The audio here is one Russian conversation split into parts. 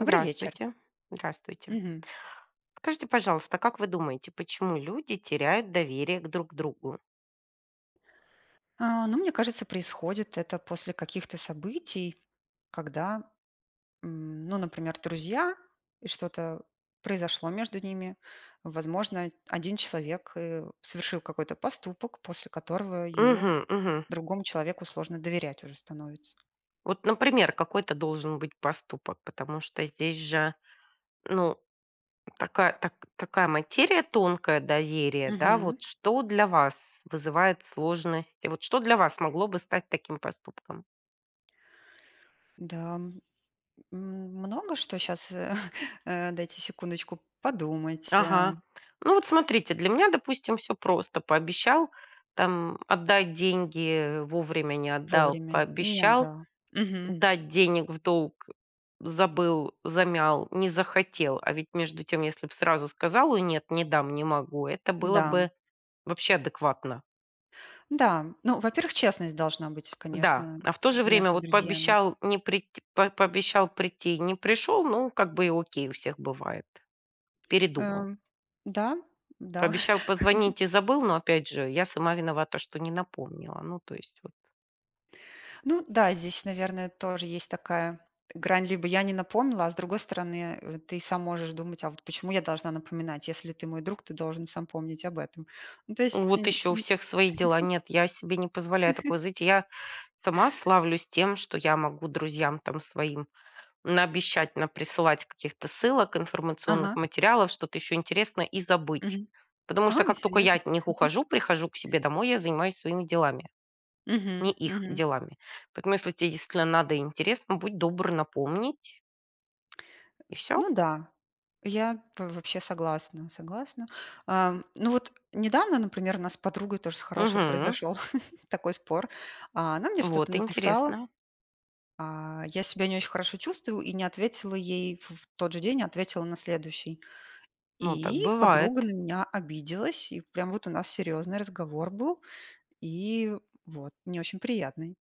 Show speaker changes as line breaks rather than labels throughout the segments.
Добрый вечер.
Здравствуйте.
Мгм.
Скажите, пожалуйста, как вы думаете, почему люди теряют доверие к друг другу?
Мне кажется, происходит это после каких-то событий, когда, например, друзья, и что-то произошло между ними. Возможно, один человек совершил какой-то поступок, после которого
Угу, угу.
другому человеку сложно доверять уже становится.
Вот, например, какой-то должен быть поступок, потому что здесь же, ну, такая, такая материя тонкая доверие, да,
Мгм.
вот что для вас вызывает сложности, вот что для вас могло бы стать таким поступком?
Да, много что сейчас, дайте секундочку подумать
Ага. Ну вот смотрите, для меня, допустим, все просто. Пообещал там отдать деньги, вовремя не отдал,
вовремя и не
пообещал
отдала. Мгм.
дать денег в долг, забыл, замял, не захотел. А ведь между тем, если бы сразу сказал: "Ой, нет, не дам, не могу", — это было
Да.
бы вообще адекватно.
Да, во-первых, честность должна быть,
Да,
конечно,
а в то же время
между
вот
друзьями.
пообещал не прийти, по пообещал прийти, не пришел, ну, как бы и окей, у всех бывает. Передумал.
Эм, да, да.
Пообещал позвонить и забыл, но опять же, я сама виновата, что не напомнила. Ну, то есть вот.
Ну да, здесь, наверное, тоже есть такая грань: либо я не напомнила, а с другой стороны, ты сам можешь думать, а вот почему я должна напоминать, если ты мой друг, ты должен сам помнить об этом. Ну, то есть,
Вот
н-
еще у
н-
всех свои дела. Нет, я себе не позволяю такое. Знаете, я сама славлюсь тем, что я могу друзьям там своим наобещать, наприсылать каких-то ссылок,
ага,
информационных материалов, что-то еще интересное и забыть.
мгм.
Потому что
Ага,
как только я
серьезно?
от них ухожу, прихожу к себе домой, я занимаюсь своими делами,
Мгм,
не их
мгм.
делами. Поэтому, если тебе действительно надо и интересно, будь добр напомнить, и все.
Ну да, вообще согласна. Ну вот недавно, например, у нас с подругой тоже с хорошей
Угу.
произошел такой спор. Она мне что-то
Вот
написала,
интересно.
я себя не очень хорошо чувствовала и не ответила ей в тот же день, а ответила на следующий.
Ну, так
И подруга
бывает.
на меня обиделась, и прям вот у нас серьезный разговор был, и вот, не очень приятный.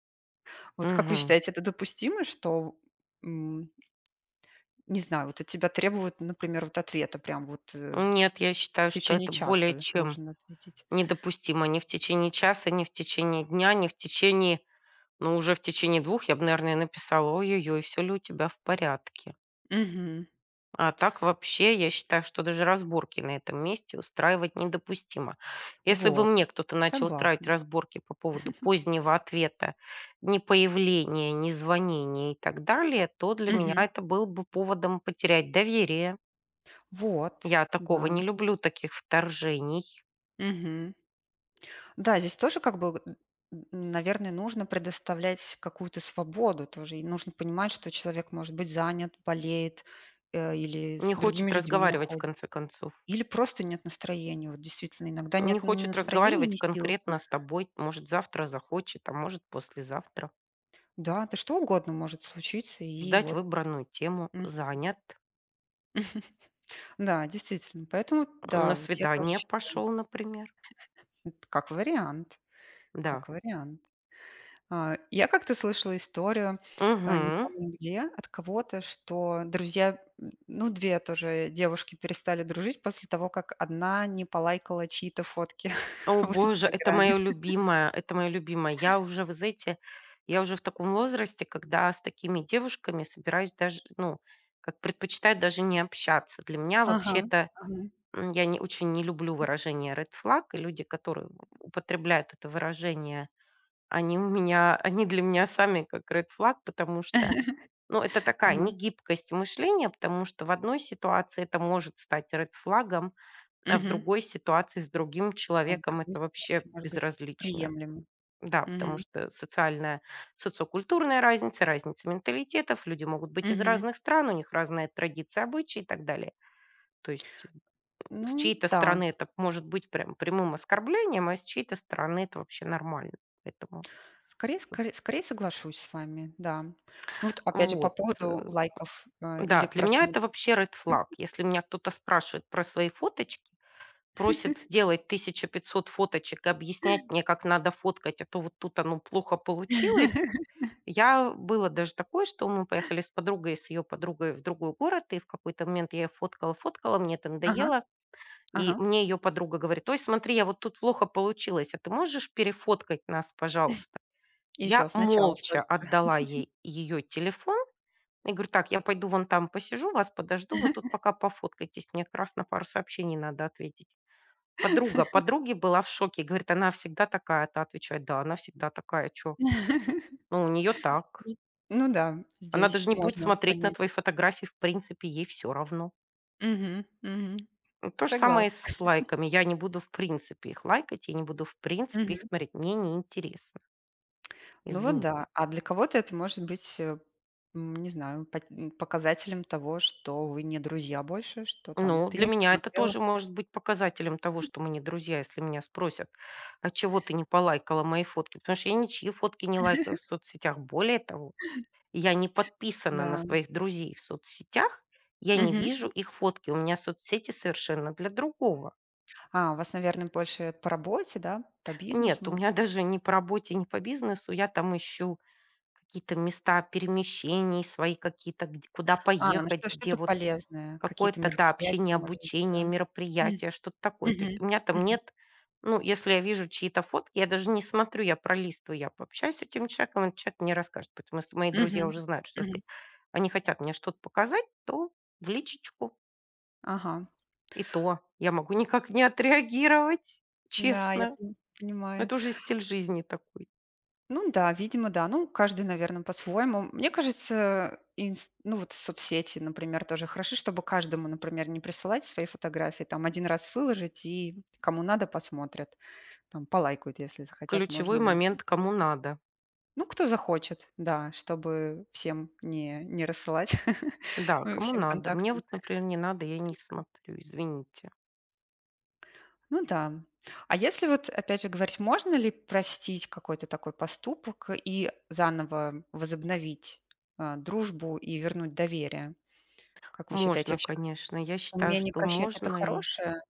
Вот как вы
Мгм.
считаете, это допустимо, м, не знаю, вот от тебя требуют, например, вот ответа, прям
Нет, я
в
считаю, что
течение
это более
часа
чем
должен ответить?
недопустимо: ни в течение часа, ни в течение дня, ни в течение... Ну, уже в течение двух я бы, наверное, написала: "Ой-ой-ой, всё ли у тебя в порядке?"
Мгм.
А так вообще, я считаю, что даже разборки на этом месте устраивать недопустимо. Если бы
Вот.
мне кто-то начал устраивать
Согласна.
разборки по поводу позднего ответа, не появления, не звонения и так далее, то для меня
Мгм.
это был бы поводом потерять доверие.
Вот.
Я такого
Да.
не люблю, таких вторжений.
Мгм. Да, здесь тоже наверное, нужно предоставлять какую-то свободу тоже. И нужно понимать, что человек может быть занят, болеет, или с
Не
другими
хочет
людьми
разговаривать, в
находит.
конце концов.
Или просто нет настроения. Вот действительно, иногда
Не
нет ни
хочет
настроения,
разговаривать
ни сил.
конкретно с тобой. Может, завтра захочет, а может, послезавтра.
Да, да что угодно может случиться. И
Ждать выбранную тему.
м,
Занят.
да, действительно. Поэтому, да,
На
вот
свидание пошел, например.
как вариант,
Да.
как вариант. Я как-то слышала историю, не
Мгм.
помню где, от кого-то, что ну, 2 тоже девушки перестали дружить после того, как одна не полайкала чьи-то фотки
О
в
боже, это
"Инстаграме".
мое любимое, это мое любимое. Я уже, вы знаете, я уже в таком возрасте, когда с такими девушками собираюсь даже, ну, как предпочитаю даже не общаться. Для меня
Ага,
вообще-то,
ага,
я не очень не люблю выражение red flag, и люди, которые употребляют это выражение... они для меня сами как ред флаг, потому что, ну, это такая
ага,
негибкость мышления, потому что в одной ситуации это может стать ред флагом, а в
мгм.
другой ситуации с другим
А в
человеком
другой
это вообще
ситуации, может быть,
безразлично.
приемлемо.
Да, потому
Мгм,
что социальная, социокультурная разница, разница менталитетов, люди могут быть из
мгм.
разных стран, у них разные традиции, обычаи и так далее. То есть
Ну
с чьей-то
да,
стороны это может быть прям прямым оскорблением, а с чьей-то стороны это вообще нормально. Поэтому
скорее
вот.
скорее скорее соглашусь с вами, да. Ну вот опять же по
Вот, э,
поводу лайков, или
Да, для меня
просмотр
это вообще ред flag. Если меня кто-то спрашивает про свои фоточки, просит сделать 1500 фоточек и объяснять мне, как надо фоткать, а то вот тут оно плохо получилось. Я было даже такое, что мы поехали с подругой и с ее подругой в другой город, и в какой-то момент я ее фоткала, фоткала, мне это
Ага,
надоело, и
ага.
мне ее подруга говорит: "Ой, смотри, я вот тут плохо получилось, а ты можешь перефоткать нас, пожалуйста?" Я
еще сначала
молча
столько
отдала ей ее телефон, я говорю: "Так, я пойду вон там посижу, вас подожду, вы тут пока пофоткайтесь, мне как раз на пару сообщений надо ответить". Подруга подруги была в шоке, говорит: "Она всегда такая". Та отвечает: "Да, она всегда такая, что..." Ну, у нее так.
М, ну да,
Она
здесь
даже не будет
можно
смотреть на
понять.
твои фотографии, в принципе, ей все равно.
Мгм, мгм.
Ну, то же самое и
Согласна.
с лайками. Я не буду в принципе их лайкать, я не буду в принципе
Мгм.
их смотреть. Мне неинтересно.
Ну вот
Извини.
да. А для кого-то это может быть, не знаю, показателем того, что вы не друзья больше, что там
Ну,
ты
для
не
меня это
посмотрела.
тоже может быть показателем того, что мы не друзья, если меня спросят: "А чего ты не полайкала мои фотки?" Потому что я ничьи фотки не лайкаю в соцсетях. Более того, я не подписана на
Да.
своих друзей в соцсетях, я не
Мгм.
вижу их фотки. У меня соцсети совершенно для другого.
А, у вас, наверное, больше по работе, да, по бизнесу,
Нет, у
может
меня
быть?
даже не по работе, не по бизнесу. Я там ищу какие-то места перемещений, свои какие-то, где куда
Ну
поехать,
что
где
что-то
вот...
полезное, какие-то
Какое-то, да,
мероприятия,
общение,
может быть,
обучение,
да?
мероприятие, что-то такое. То есть
Мгм,
у меня там
мгм,
нет... Ну, если я вижу чьи-то фотки, я даже не смотрю, я пролистываю, я пообщаюсь с этим человеком, этот человек мне расскажет. Поэтому если мои друзья
мгм,
уже знают, что
мгм.
если они хотят мне что-то показать, то в личечку,
Ага,
и то я могу никак не отреагировать,
да, я
честно.
пони понимаю.
Это уже стиль жизни такой.
Ну да, видимо, да. Ну, каждый, наверное, по-своему. Мне кажется, ну вот соцсети, например, тоже хороши, чтобы каждому, например, не присылать свои фотографии, там один раз выложить, и кому надо, посмотрят. Там полайкают, если захотят, можно.
Ключевой
И-
момент, кому надо.
Ну, кто захочет, да, чтобы всем не рассылать,
Да, кому
всем
надо. Мне
контактам
вот, например, не надо, я не
списка.
смотрю, извините.
Ну да. А если вот, опять же, говорить, можно ли простить какой-то такой поступок и заново возобновить, дружбу и вернуть доверие? Как вы считаете,
Можно,
вообще
конечно. Я считаю,
умение
что
прощать — это
можно.
хорошая,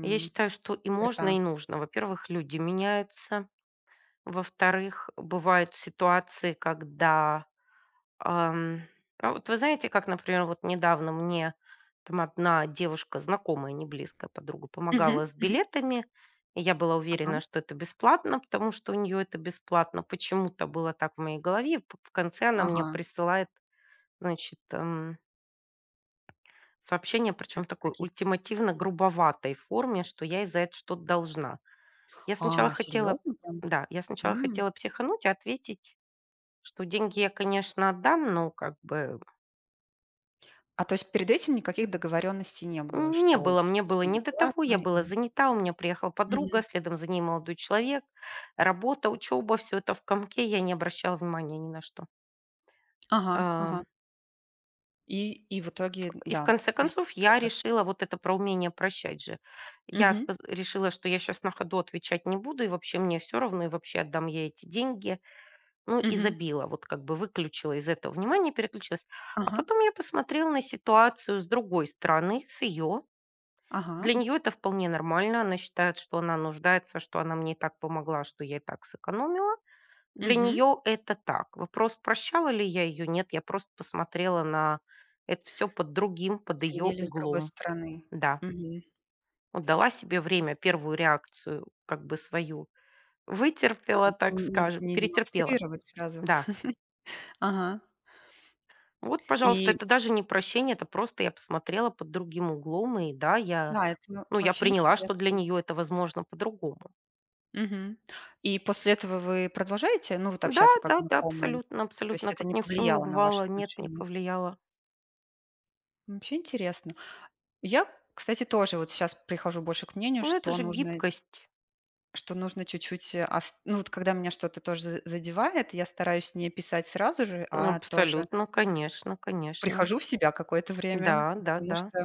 Я считаю, что и можно,
черта?
и нужно. Во-первых, люди меняются. Во-вторых, бывают ситуации, когда, ам, а вот вы знаете, как, например, вот недавно мне там одна девушка, знакомая, не близкая подруга,
Мгм,
помогала с
мгм.
билетами. И я была
Ага,
уверена, что это бесплатно, потому что у нее это бесплатно. Почему-то было так в моей голове. В конце она мне
ага.
присылает, значит, сообщение,
Как
причем в такой
какие
ультимативно грубоватой форме, что я из-за это что-то должна. Я сначала
А,
хотела
серьезно прям?
да, я сначала
М.
хотела психануть и ответить, что деньги я, конечно, отдам, но как бы
А то есть перед этим никаких договоренностей не было,
не
что
было, мне было
что это
не до того, я
платно
была
или
занята, у меня приехала подруга,
Мгм.
следом за ней молодой человек, работа, учеба, все это в комке, я не обращала внимания ни на что.
Ага, ага.
А,
И в итоге,
И в
да,
конце концов я
мгм,
решила
вы
вот это про умение прощать же.
Мгм,
Решила, что я сейчас на ходу отвечать не буду, и вообще мне все равно, и вообще отдам я эти деньги. Ну, и
мгм.
забила, вот как бы выключила из этого внимание, переключилась. А
Ага.
потом я посмотрела на ситуацию с другой стороны, с ее.
Ага,
Для нее это вполне нормально. Она считает, что она нуждается, что она мне и так помогла, что я и так сэкономила. Для
мгм.
нее это так. Вопрос, прощала ли я ее? Нет, я просто посмотрела на это все под другим, под ее
Оценили с другой
углом.
стороны.
Да,
Мгм.
вот дала себе время, первую реакцию, как бы свою,
А,
вытерпела, так
не не
скажем,
не
перетерпела.
демонстрировать сразу.
Да.
Ага.
Вот, пожалуйста,
И
это даже не прощение, это просто я посмотрела под другим углом, и да, я,
да, это
ну, я
вообще
приняла, что для
интересно.
нее это возможно по-другому.
Мгм. И после этого вы продолжаете, ну, вот
Да,
общаться как
да, да,
знакомые?
абсолютно,
То есть
абсолютно,
это
как
не
ни в чем не
повлияло на ваши
бывало, нет, не
отношения?
повлияло.
Вообще интересно. Я, кстати, тоже вот сейчас прихожу больше к мнению,
Ну, это
что
же
нужно
гибкость.
что нужно чуть-чуть, вот когда меня что-то тоже за задевает, я стараюсь не писать сразу же, а тоже
Абсолютно, конечно, конечно.
прихожу в себя какое-то время,
Да, да,
потому
да.
что,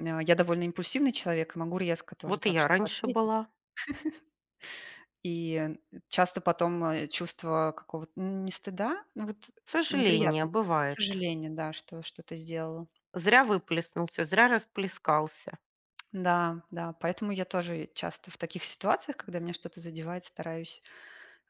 а, я довольно импульсивный человек и могу резко тоже
Вот и
так
я
что-то
раньше
ответить.
была.
И, часто потом чувство какого-то, н не стыда, ну вот
К сожалению,
неприятное чувство,
бывает.
сожаление, да, что что-то сделала.
Зря выплеснулся, зря расплескался.
Да, да, поэтому я тоже часто в таких ситуациях, когда меня что-то задевает, стараюсь,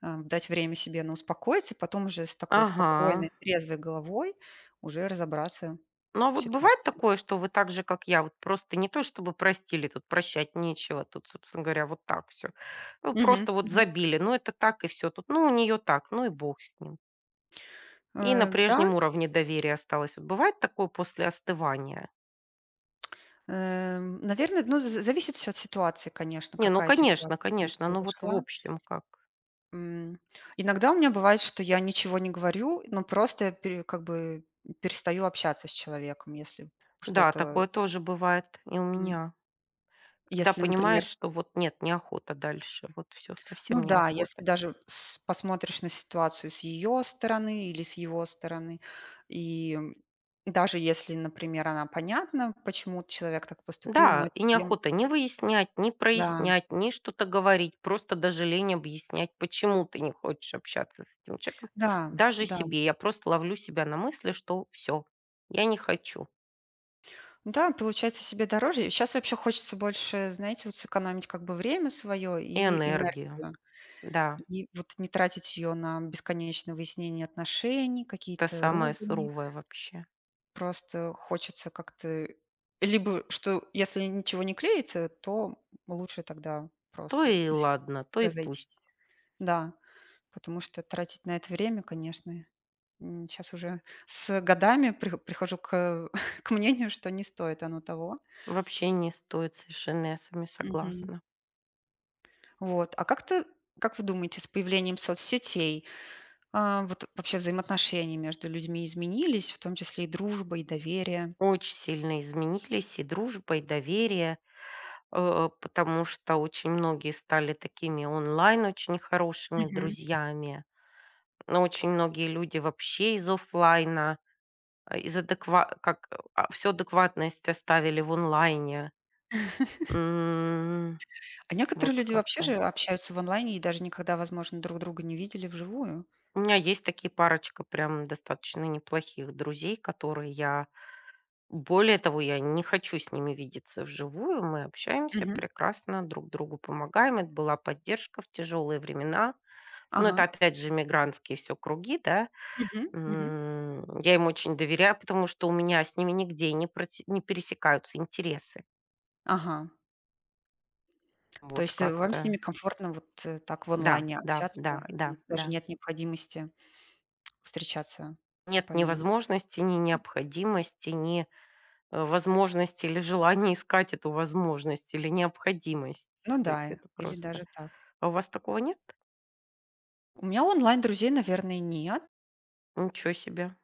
а, дать время себе на успокоиться, и потом уже с такой
Ага.
спокойной, трезвой головой уже разобраться
Ну, а
в
вот бывает
ситуации.
такое, что вы так же, как я, вот просто не то чтобы простили, тут прощать нечего, тут, собственно говоря, вот так все... Ну,
Мгм,
просто вот
мгм.
забили, ну, это так и все. Тут, ну, у нее так, ну и бог с ним. И на
Да.
прежнем уровне доверия осталось. Вот бывает такое после остывания?
Наверное, ну, з зависит все от ситуации, конечно,
Не, ну,
какая
конечно,
ситуация у меня
конечно, ну, вот в
произошла.
общем как.
М, иногда у меня бывает, что я ничего не говорю, но просто я перестаю общаться с человеком, если
Да,
что-то,
такое тоже бывает и у
м.
меня. Когда
Если, например,
понимаешь, что вот нет, неохота дальше, вот все
ну
совсем
да, если
неохота.
даже с посмотришь на ситуацию с ее стороны или с его стороны, и, м, даже если, например, она понятна, почему человек так поступил, но
Да, и
тебе, м
неохота не выяснять, не
Да,
прояснять, ни что-то говорить, просто даже лень объяснять, почему ты не хочешь общаться с этим человеком.
да,
Даже
да.
себе. Я просто ловлю себя на мысли, что все, я не хочу.
Да, получается себе дороже. Сейчас вообще хочется больше, знаете, вот сэкономить как бы время свое
И
и
энергию.
энергию.
Да,
И вот не тратить ее на бесконечное выяснение отношений,
это
какие-то
самое
ругани.
суровое вообще.
Просто хочется как-то либо что если ничего не клеится, то лучше тогда
То
просто
и ладно, то и пусть.
разойтись. Да, потому что тратить на это время, конечно, сейчас уже с годами прихожу к к мнению, что не стоит оно того.
Вообще не стоит совершенно, я с вами
Мгм.
согласна.
Вот. А как вы думаете, с появлением соцсетей, вот вообще взаимоотношения между людьми изменились, в том числе и дружба, и доверие?
Очень сильно изменились и дружба, и доверие, потому что очень многие стали такими онлайн очень хорошими
Мгм.
друзьями. Но очень многие люди вообще из оффлайна, э, из адеква как, а, всю адекватность оставили в онлайне. М,
А
вот
некоторые люди вообще же
как-то.
общаются в онлайне и даже никогда, возможно, друг друга не видели вживую.
У меня есть такие парочка прям достаточно неплохих друзей, которые я более того, я не хочу с ними видеться вживую. Мы общаемся
Мгм.
прекрасно, друг другу помогаем. Это была поддержка в тяжелые времена. Ну,
Ага.
это опять же мигрантские все круги, да.
Мгм. Мгм.
Я им очень доверяю, потому что у меня с ними нигде не пересекаются интересы.
Ага. То
Вот
есть, вам с ними
как-то.
комфортно вот так в
Да,
онлайне
да,
общаться,
да, да,
и
да.
даже нет необходимости встречаться
Нет ни
помимо.
возможности, ни необходимости, ни, возможности или желания искать эту возможность, или необходимость.
Ну
То есть
да,
это
или
просто...
даже так.
А у вас такого нет?
У меня онлайн друзей, наверное, нет.
Ничего себе.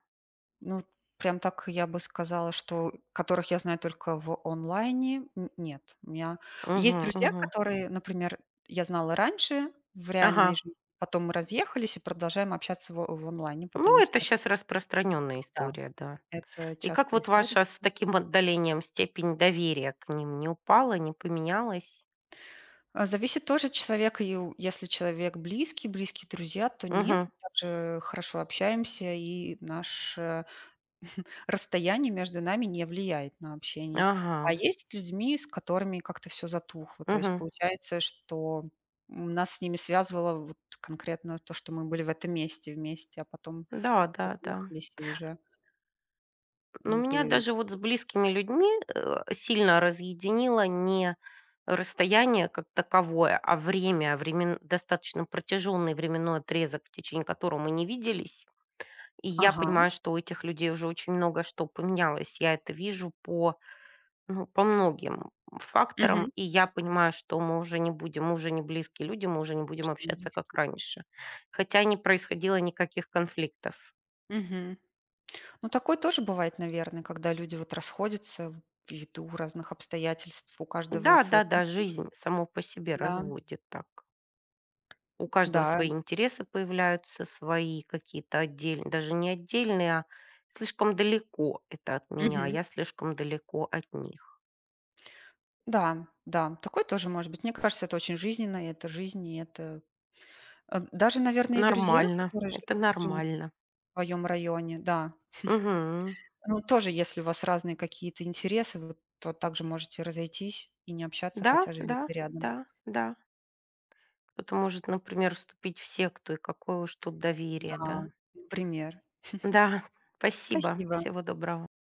Ну, прям так я бы сказала, что которых я знаю только в онлайне, н нет. У меня
Мгм,
есть друзья,
мгм.
которые, например, я знала раньше в реальной
Ага.
жизни, потом мы разъехались и продолжаем общаться в онлайне, потому
Ну, это
что,
сейчас распространенная
да,
история, да.
это
И как
частая
вот
история
ваша с
сейчас.
таким отдалением степень доверия к ним не упала, не поменялась?
Зависит тоже от человека, и у если человек близкий, близкие друзья, то нет,
Мгм.
мы также хорошо общаемся, и расстояние между нами не влияет на общение. А
Ага.
есть с людьми, с которыми как-то все затухло. То есть
Мгм.
получается, что нас с ними связывало вот конкретно то, что мы были в этом месте вместе, а потом
Да, да, да.
разъехались и уже
Но
не
меня
пое
даже вот с близкими людьми, сильно разъединило не расстояние как таковое, а время, времен достаточно протяжённый временной отрезок, в течение которого мы не виделись. И я
Ага.
понимаю, что у этих людей уже очень много что поменялось. Я это вижу по... Ну, по многим факторам.
Мгм.
И я понимаю, что мы уже не будем, мы уже не близкие люди, мы уже не будем
Что не
общаться,
близкие.
как раньше. Хотя не происходило никаких конфликтов.
Мгм. Ну, такое тоже бывает, наверное, когда люди вот расходятся ввиду разных обстоятельств, у каждого свой путь.
Да-да-да, жизнь само по себе
Да,
разводит так. У каждого
да.
свои интересы появляются, свои какие-то отдельные, даже не отдельные, а слишком далеко это от меня, а
Мгм.
я слишком далеко от них.
Да, да, такое тоже может быть. Мне кажется, это очень жизненно, и это жизнь, и это даже, наверное, и друзья,
Нормально,
которые жи
это
живут
нормально.
в твоем районе, да.
Мгм.
Ну, тоже, если у вас разные какие-то интересы, вы то также можете разойтись и не общаться,
Да,
хотя живете
да,
рядом.
да, да. Кто-то может, например, вступить в секту, и какое уж тут доверие,
Да,
да?
например.
Да, спасибо,
Спасибо.
всего доброго.